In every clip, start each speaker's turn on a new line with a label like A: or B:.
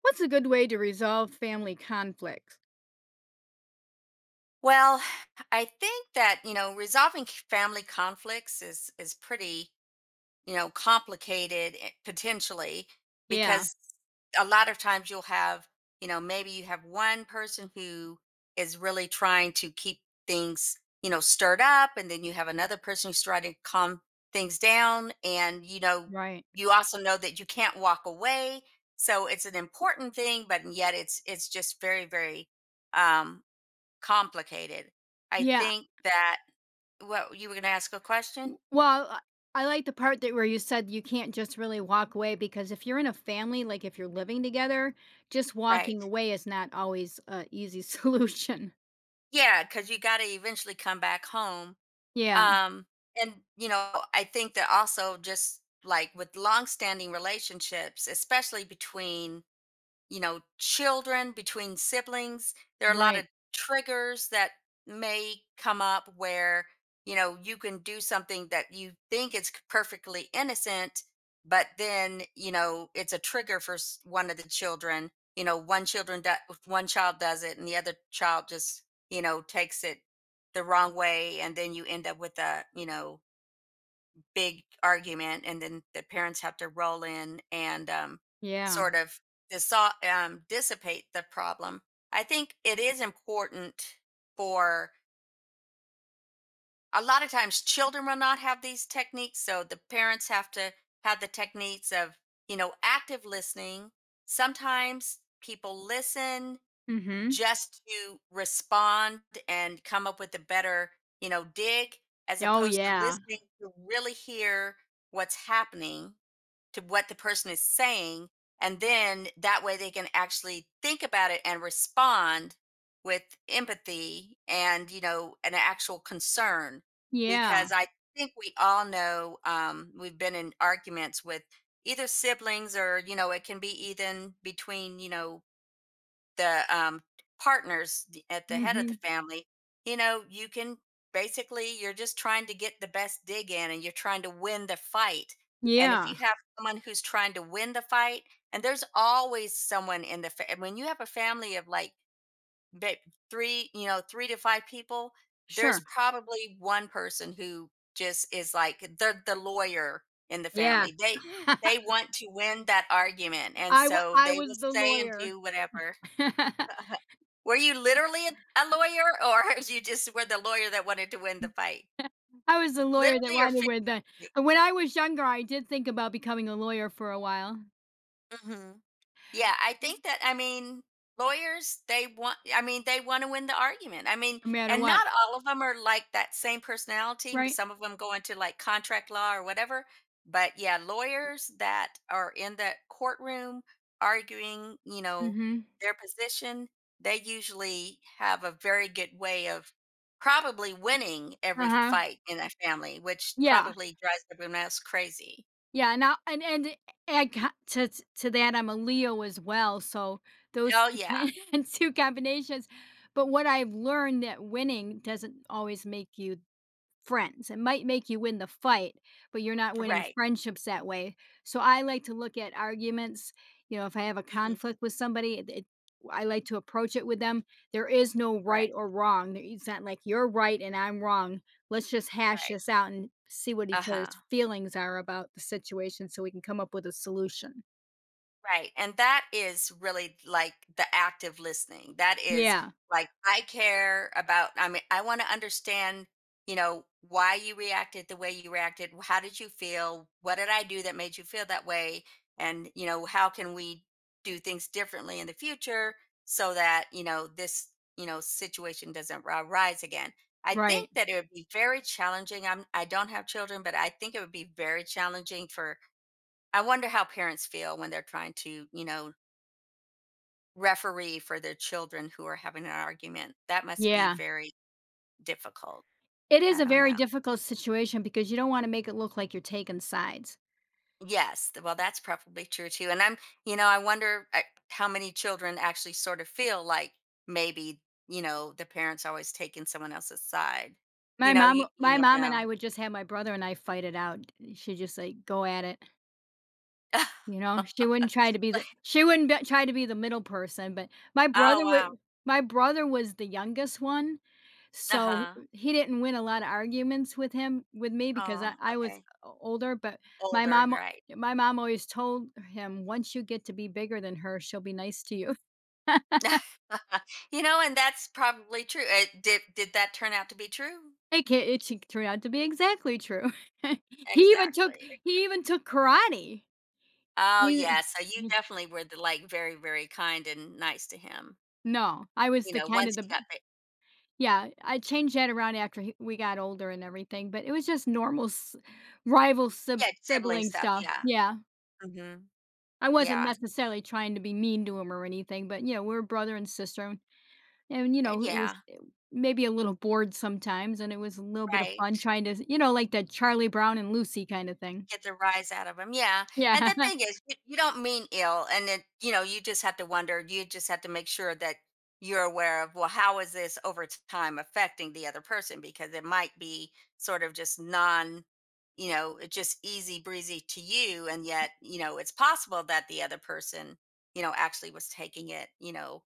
A: What's a good way to resolve family conflicts?
B: Well, I think that, you know, resolving family conflicts is pretty, you know, complicated potentially
A: Yeah,
B: because a lot of times you'll have, you know, maybe you have one person who is really trying to keep things, you know, stirred up and then you have another person who's trying to calm things down and you know,
A: right.
B: you also know that you can't walk away. So it's an important thing, but yet it's just very um complicated. I
A: Yeah.
B: think that what you were gonna ask a
A: W-
B: question?
A: Well, I I like the part that where you said you can't just really walk away because if you're in a family, like if you're living together, just
B: Right.
A: walking away is not always a easy solution.
B: Yeah, because you gotta eventually come back home.
A: Yeah,
B: Um, and you know, I think that also just like with longstanding relationships, especially between you know, children, between siblings. There are a lot
A: right.
B: of triggers that may come up where, you know, you can do something that you think is perfectly innocent, but then, you know, it's a trigger for one of the children. You know, one child does it and the other child just, you know, takes it the wrong way and then you end up with a, you know, big argument and then the parents have to roll in and
A: Yeah.
B: sort of dissipate the problem. I think it is important for a lot of times children will not have these techniques, so the parents have to have the techniques of, you know, active listening. Sometimes people listen
A: Mhm.
B: just to respond and come up with a better, you know, dig, as
A: Oh
B: opposed to
A: yeah.
B: listening to really hear what's happening, to what the person is saying, and then that way they can actually think about it and respond with empathy and, you know, an actual concern.
A: Yeah.
B: Because I think we all know, we've been in arguments with either siblings or, you know, it can be even between, you know, the, partners d at the head of the
A: Mhm.
B: family, you know, you can basically you're just trying to get the best dig in and you're trying to win the fight. And if
A: Yeah.
B: you have someone who's trying to win the fight and there's always someone in the fa when you have a family of like ba 3, you know, 3 to 5 people, there's
A: Sure.
B: probably 1 person who just is like the lawyer in the
A: Yeah.
B: family. They want to win that argument, and so
A: I
B: they
A: was
B: will
A: the
B: say and
A: lawyer.
B: do whatever. Uh-huh. Were you literally a lawyer, or you just were the lawyer that wanted to win the fight?
A: I was a lawyer that
B: Literally or
A: wanted with
B: figuratively?
A: the and when I was younger, I did think about becoming a lawyer for a while,
B: Mhm. Yeah, I think that I mean, lawyers, they want I mean, they want to win the argument. I mean,
A: no matter
B: and
A: what,
B: not all of them are like that same personality.
A: right?
B: Some of them go into like contract law or whatever. But yeah, lawyers that are in the courtroom arguing, you know,
A: Mhm.
B: their position, they usually have a very good way of probably winning every
A: Uh-huh.
B: fight in that family, which
A: Yeah.
B: probably drives everyone else crazy.
A: Yeah, now and I co to to that, I'm a Leo as well, so those
B: Oh
A: 2 co
B: yeah,
A: 2 combinations, but what I've learned that winning doesn't always make you friends. It might make you win the fight, but you're not winning
B: right.
A: friendships that way. So I like to look at arguments. You know, if I have a
B: Hmm.
A: conflict with somebody, I like to approach it with them. There is no right
B: Right,
A: or wrong. It's not like you're right and I'm wrong. Let's just hash
B: right.
A: this out and see what each
B: Uh-huh.
A: other's feelings are about the situation so we can come up with a solution.
B: Right, and that is really, like, the active listening. That is,
A: Yeah,
B: like, I care about I mean, I wanna understand, you know, why you reacted the way you reacted. How did you feel? What did I do that made you feel that way? And, you know, how can we do things differently in the future so that, you know, this, you know, situation doesn't ri rise again? I
A: right.
B: think that it would be very challenging. I'm I don't have children, but I think it would be very challenging for I wonder how parents feel when they're trying to, you know, referee for their children who are having an argument. That must be
A: Yeah.
B: very difficult.
A: It is
B: I
A: a
B: don't
A: very
B: know.
A: difficult situation because you don't want to make it look like you're taking sides.
B: Yes, well, that's probably true too. And I'm, you know, I wonder how many children actually sort of feel like maybe, you know, the parents always taking someone else's side.
A: My
B: You know, you
A: mom
B: you
A: my
B: never
A: mom and I
B: know.
A: would just have my brother and I fight it out. She just, like, go at it, you know? She wouldn't be try to be the middle person, but my
B: Oh
A: brother
B: wow.
A: would. My brother was the youngest one,
B: Uh
A: so
B: huh.
A: he didn't win a lot of arguments with me because I
B: Oh,
A: I was
B: okay.
A: o older, but my
B: Older,
A: mom
B: you're right.
A: my mom always told him, "Once you get to be bigger than her, she'll be nice to you."
B: You know, and that's probably true. Did that turn out to be true?
A: It ca it ch turned out to be exactly true. He even took
B: Exactly.
A: he even took karate.
B: Oh,
A: He
B: yeah, so you definitely were the, like, very kind and nice to him,
A: No, I was
B: you
A: the
B: know,
A: kind
B: once
A: of
B: he
A: the
B: got the
A: yeah, I changed that around after he we got older and everything, but it was just normal s rival
B: Yeah, sibling
A: sibling
B: stuff,
A: stuff.
B: yeah.
A: Yeah,
B: Mhm.
A: I wasn't
B: Yeah,
A: necessarily trying to be mean to him or anything, but, you know, we're brother and sister, and you know, it was
B: yeah,
A: it maybe a little bored sometimes, and it was a little bit of fun
B: right.
A: trying to, you know, like that Charlie Brown and Lucy kind of thing.
B: Get the rise out of them, yeah, and
A: Yeah.
B: the thing is, you don't mean ill, and then, you know, you just have to wonder, you just have to make sure that you're aware of, well, how is this over t time affecting the other person? Because it might be sort of just non you know, it's just easy breezy to you, and yet, you know, it's possible that the other person, you know, actually was taking it,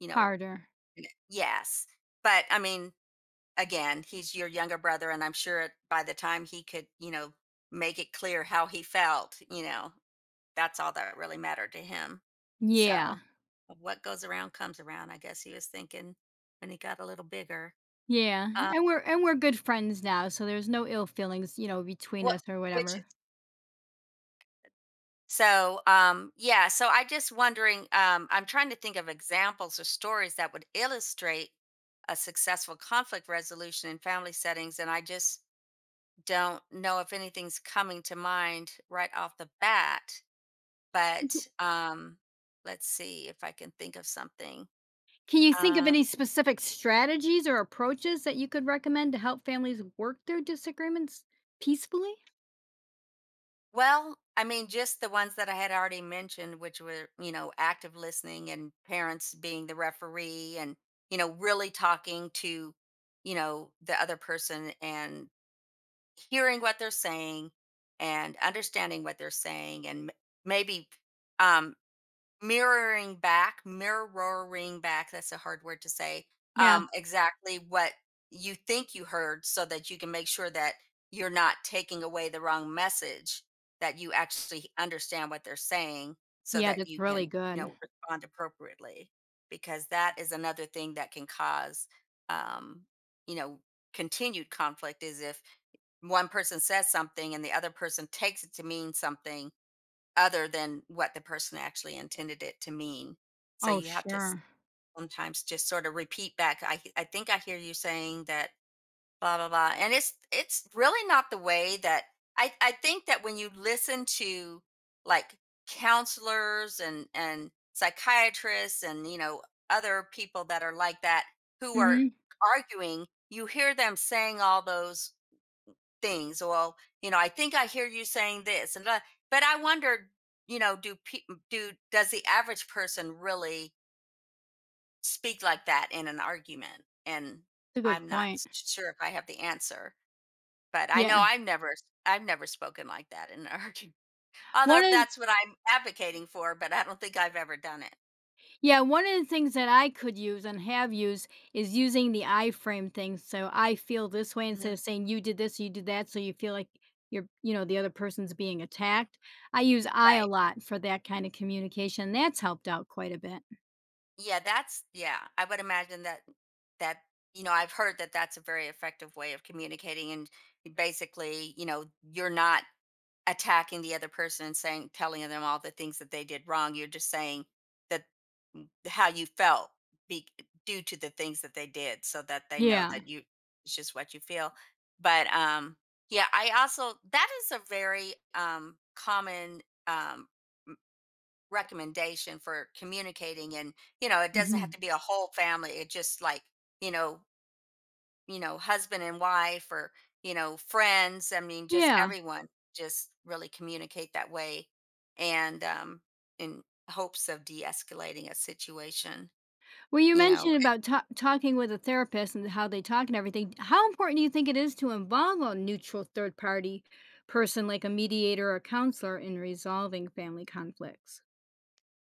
B: you know,
A: Harder.
B: in yes, but, I mean again, he's your younger brother, and I'm sure by the time he could, you know, make it clear how he felt, you know, that's all that really mattered to him.
A: Yeah,
B: So, what goes around comes around. I guess he was thinking when he got a little bigger.
A: yeah,
B: Uh,
A: and we're good friends now, so there's no ill feelings, you know, between
B: what,
A: us or
B: which,
A: whatever.
B: yeah. So I just wondering. I'm trying to think of examples or stories that would illustrate a successful conflict resolution in family settings, and I just don't know if anything's coming to mind right off the bat, but let's see if I can think of something.
A: Can you think of
B: Uh,
A: any specific strategies or approaches that you could recommend to help families work through disagreements peacefully?
B: well, I mean, just the ones that I had already mentioned, which were, you know, active listening and parents being the referee and, you know, really talking to, you know, the other person and hearing what they're saying and understanding what they're saying and maybe um, mirroring back that's a hard word to say,
A: Yeah.
B: exactly what you think you heard so that you can make sure that you're not taking away the wrong message, that you actually understand what they're saying so
A: Yeah,
B: that
A: that's
B: you
A: really
B: can, you
A: good.
B: know, respond appropriately, because that is another thing that can cause, um, you know, continued conflict is if one person says something and the other person takes it to mean something other than what the person actually intended it to mean. So
A: Oh,
B: you have to
A: sure.
B: sometimes just sort of repeat back. I think I hear you saying that blah blah blah, and it's really not the way that I think that when you listen to like counselors and psychiatrists and you know other people that are like that who are
A: Mhm.
B: arguing, you hear them saying all those things. Well, you know, I think I hear you saying this, and that," but I wonder, you know, do does the average person really speak like that in an argument? And
A: It's a good
B: I'm not
A: point.
B: sure if I have the answer, but I
A: Yeah.
B: know I've never spoken like that in an argument. Although
A: One of
B: that's what I'm advocating for, but I don't think I've ever done it.
A: Yeah, one of the things that I could use and have used is using the I frame thing. So I feel this way instead
B: Mhm.
A: of saying you did this, you did that, so you feel like you know, the other person's being attacked. I use I a
B: Right.
A: lot for that kind of communication. That's helped out quite a bit.
B: Yeah, that's yeah. I would imagine that that you know I've heard that that's a very effective way of communicating, and basically, you know, you're not attacking the other person and saying telling them all the things that they did wrong. You're just saying that how you felt be, due to the things that they did, so that they know
A: Yeah.
B: that you it's just what you feel. But yeah, I also that is a very common um recommendation for communicating, and you know it doesn't have
A: Mhm.
B: to be a whole family, it just like you know you know husband and wife or you know friends, I mean just
A: Yeah.
B: everyone just really communicate that way and in hopes of de-escalating a situation
A: Well, you
B: you
A: mentioned
B: know.
A: about ta talking with a therapist and how they talk and everything. How important do you think it is to involve a neutral third party person like a mediator or counselor in resolving family conflicts?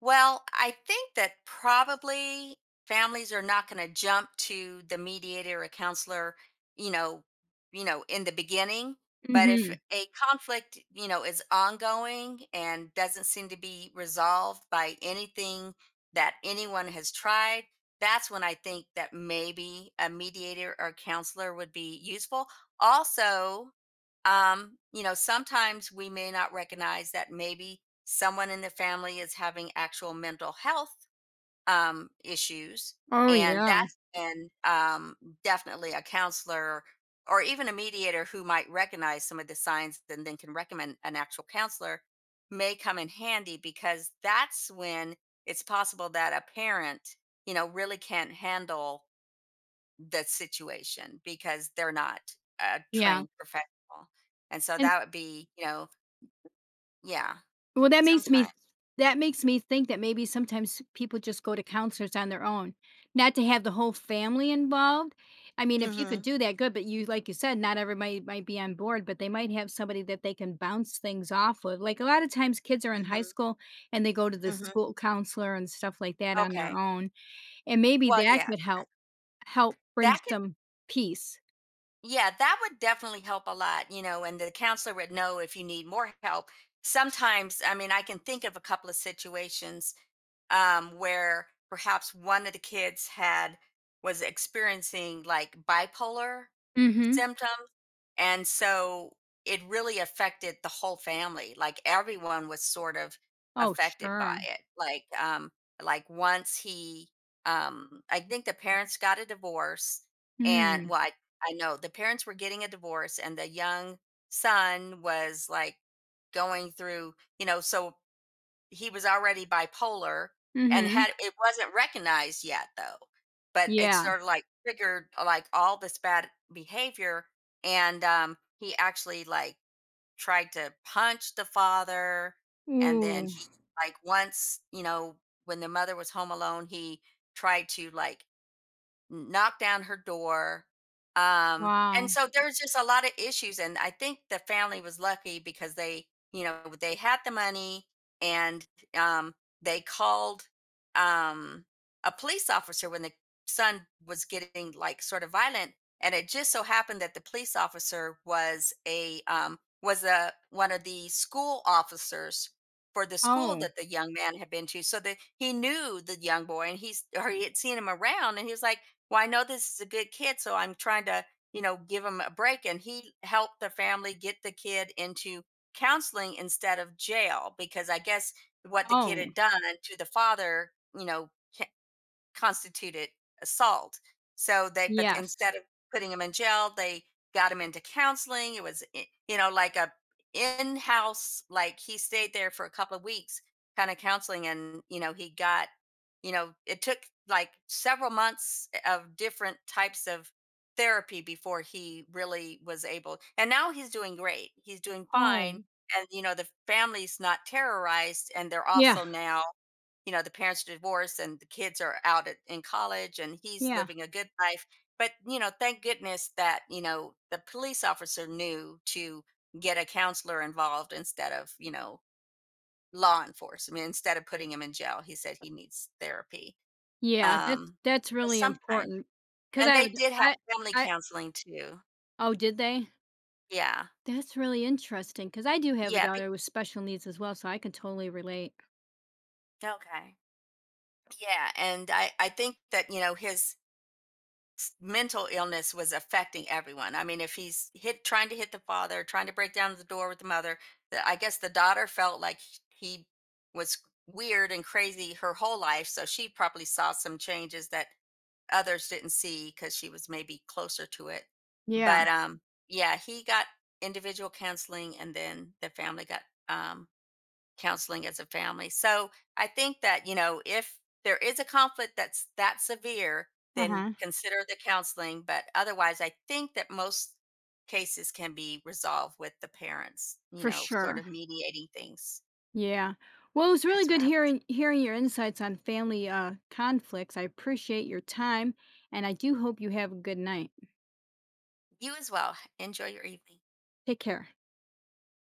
B: Well, I think that probably families are not going to jump to the mediator or counselor, you know, you know, in the beginning. But if
A: Mhm.
B: a conflict, you know, is ongoing and doesn't seem to be resolved by anything that anyone has tried, that's when I think that maybe a mediator or counselor would be useful. Also, you know, sometimes we may not recognize that maybe someone in the family is having actual mental health issues,
A: Oh,
B: and
A: yeah.
B: that's and definitely a counselor or even a mediator who might recognize some of the signs and then can recommend an actual counselor may come in handy because that's when it's possible that a parent you know really can't handle the situation because they're not a
A: Yeah.
B: trained professional. And so
A: And,
B: that would be, you know yeah,
A: well, that makes me
B: sometime
A: think that maybe sometimes people just go to counselors on their own, not to have the whole family involved. I mean, if you could
B: Mhm,
A: do that, good, but you like you said, not everybody might be on board, but they might have somebody that they can bounce things off of. Like a lot of times kids are in
B: mhm,
A: high school and they go to the
B: mhm,
A: school counselor and stuff like that on their
B: okay.
A: own, and maybe
B: Well,
A: that
B: yeah,
A: could help help bring
B: that could
A: some peace.
B: yeah, that would definitely help a lot, you know, and the counselor would know if you need more help. Sometimes, I mean, I can think of a couple of situations, where perhaps one of the kids had was experiencing, like, bipolar
A: Mhm.
B: symptoms. And so it really affected the whole family. Like everyone was sort of
A: Oh,
B: affected by
A: sure.
B: it. Like once he I think the parents got a divorce and
A: Mm.
B: well I know the parents were getting a divorce and the young son was like going through, you know, so he was already bipolar and
A: Mhm.
B: had it wasn't recognized yet though, but it
A: Yeah.
B: sort of like triggered like all this bad behavior. And he actually like tried to punch the father. And then
A: Ooh,
B: he like once, you know, when the mother was home alone, he tried to like knocked down her door, and
A: wow.
B: so there's just a lot of issues, and I think the family was lucky because they, you know, they had the money and, um, they called, um, a police officer when the son was getting, like, sort of violent, and it just so happened that the police officer was a, one of the school officers for the school
A: Oh.
B: that the young man had been to, so that he knew the young boy, and he's or he had seen him around, and he was like, well, I know this is a good kid, so I'm trying to, you know, give him a break. And he helped the family get the kid into counseling instead of jail because I guess what the kid
A: Oh,
B: had done to the father, you know, constituted assault. So they, but
A: yes.
B: instead of putting him in jail, they got him into counseling. It was, you know, like a in-house, like he stayed there for a couple of weeks, kind of counseling, and you know, he got, you know, it took like several months of different types of therapy before he really was able. And now he's doing great. He's doing fine,
A: Oh,
B: and you know, the family's not terrorized, and they're
A: yeah,
B: also now you know, the parents divorced and the kids are out at, in college and he's
A: yeah,
B: living a good life. But, you know, thank goodness that, you know, the police officer knew to get a counselor involved instead of, you know, law enforcement. Instead of putting him in jail, he said he needs therapy.
A: yeah,
B: Um,
A: that's
B: so
A: really
B: sometimes,
A: important. Cause
B: and
A: I have
B: they
A: a d
B: did have
A: I
B: family
A: I
B: counseling too.
A: oh, did they?
B: Yeah.
A: That's really interesting. Cause I do have a
B: Yeah.
A: daughter with special needs as well, so I can totally relate.
B: Okay. Yeah. And I think that, you know, his mental illness was affecting everyone. I mean, if he's hit trying to hit the father, trying to break down the door with the mother, the, I guess the daughter felt like he was weird and crazy her whole life, so she probably saw some changes that others didn't see cuz she was maybe closer to it.
A: Yeah,
B: But yeah, he got individual counseling and then the family got um counseling as a family. So I think that, you know, if there is a conflict that's that severe, then
A: uh-huh,
B: consider the counseling. But otherwise, I think that most cases can be resolved with the parents, you
A: for
B: know, sort
A: sure,
B: of mediating things.
A: yeah. Well, it was really
B: That's what
A: good
B: I,
A: hearing your insights on family, conflicts. I appreciate your time, and I do hope you have a good night.
B: you as well. Enjoy your evening.
A: Take care.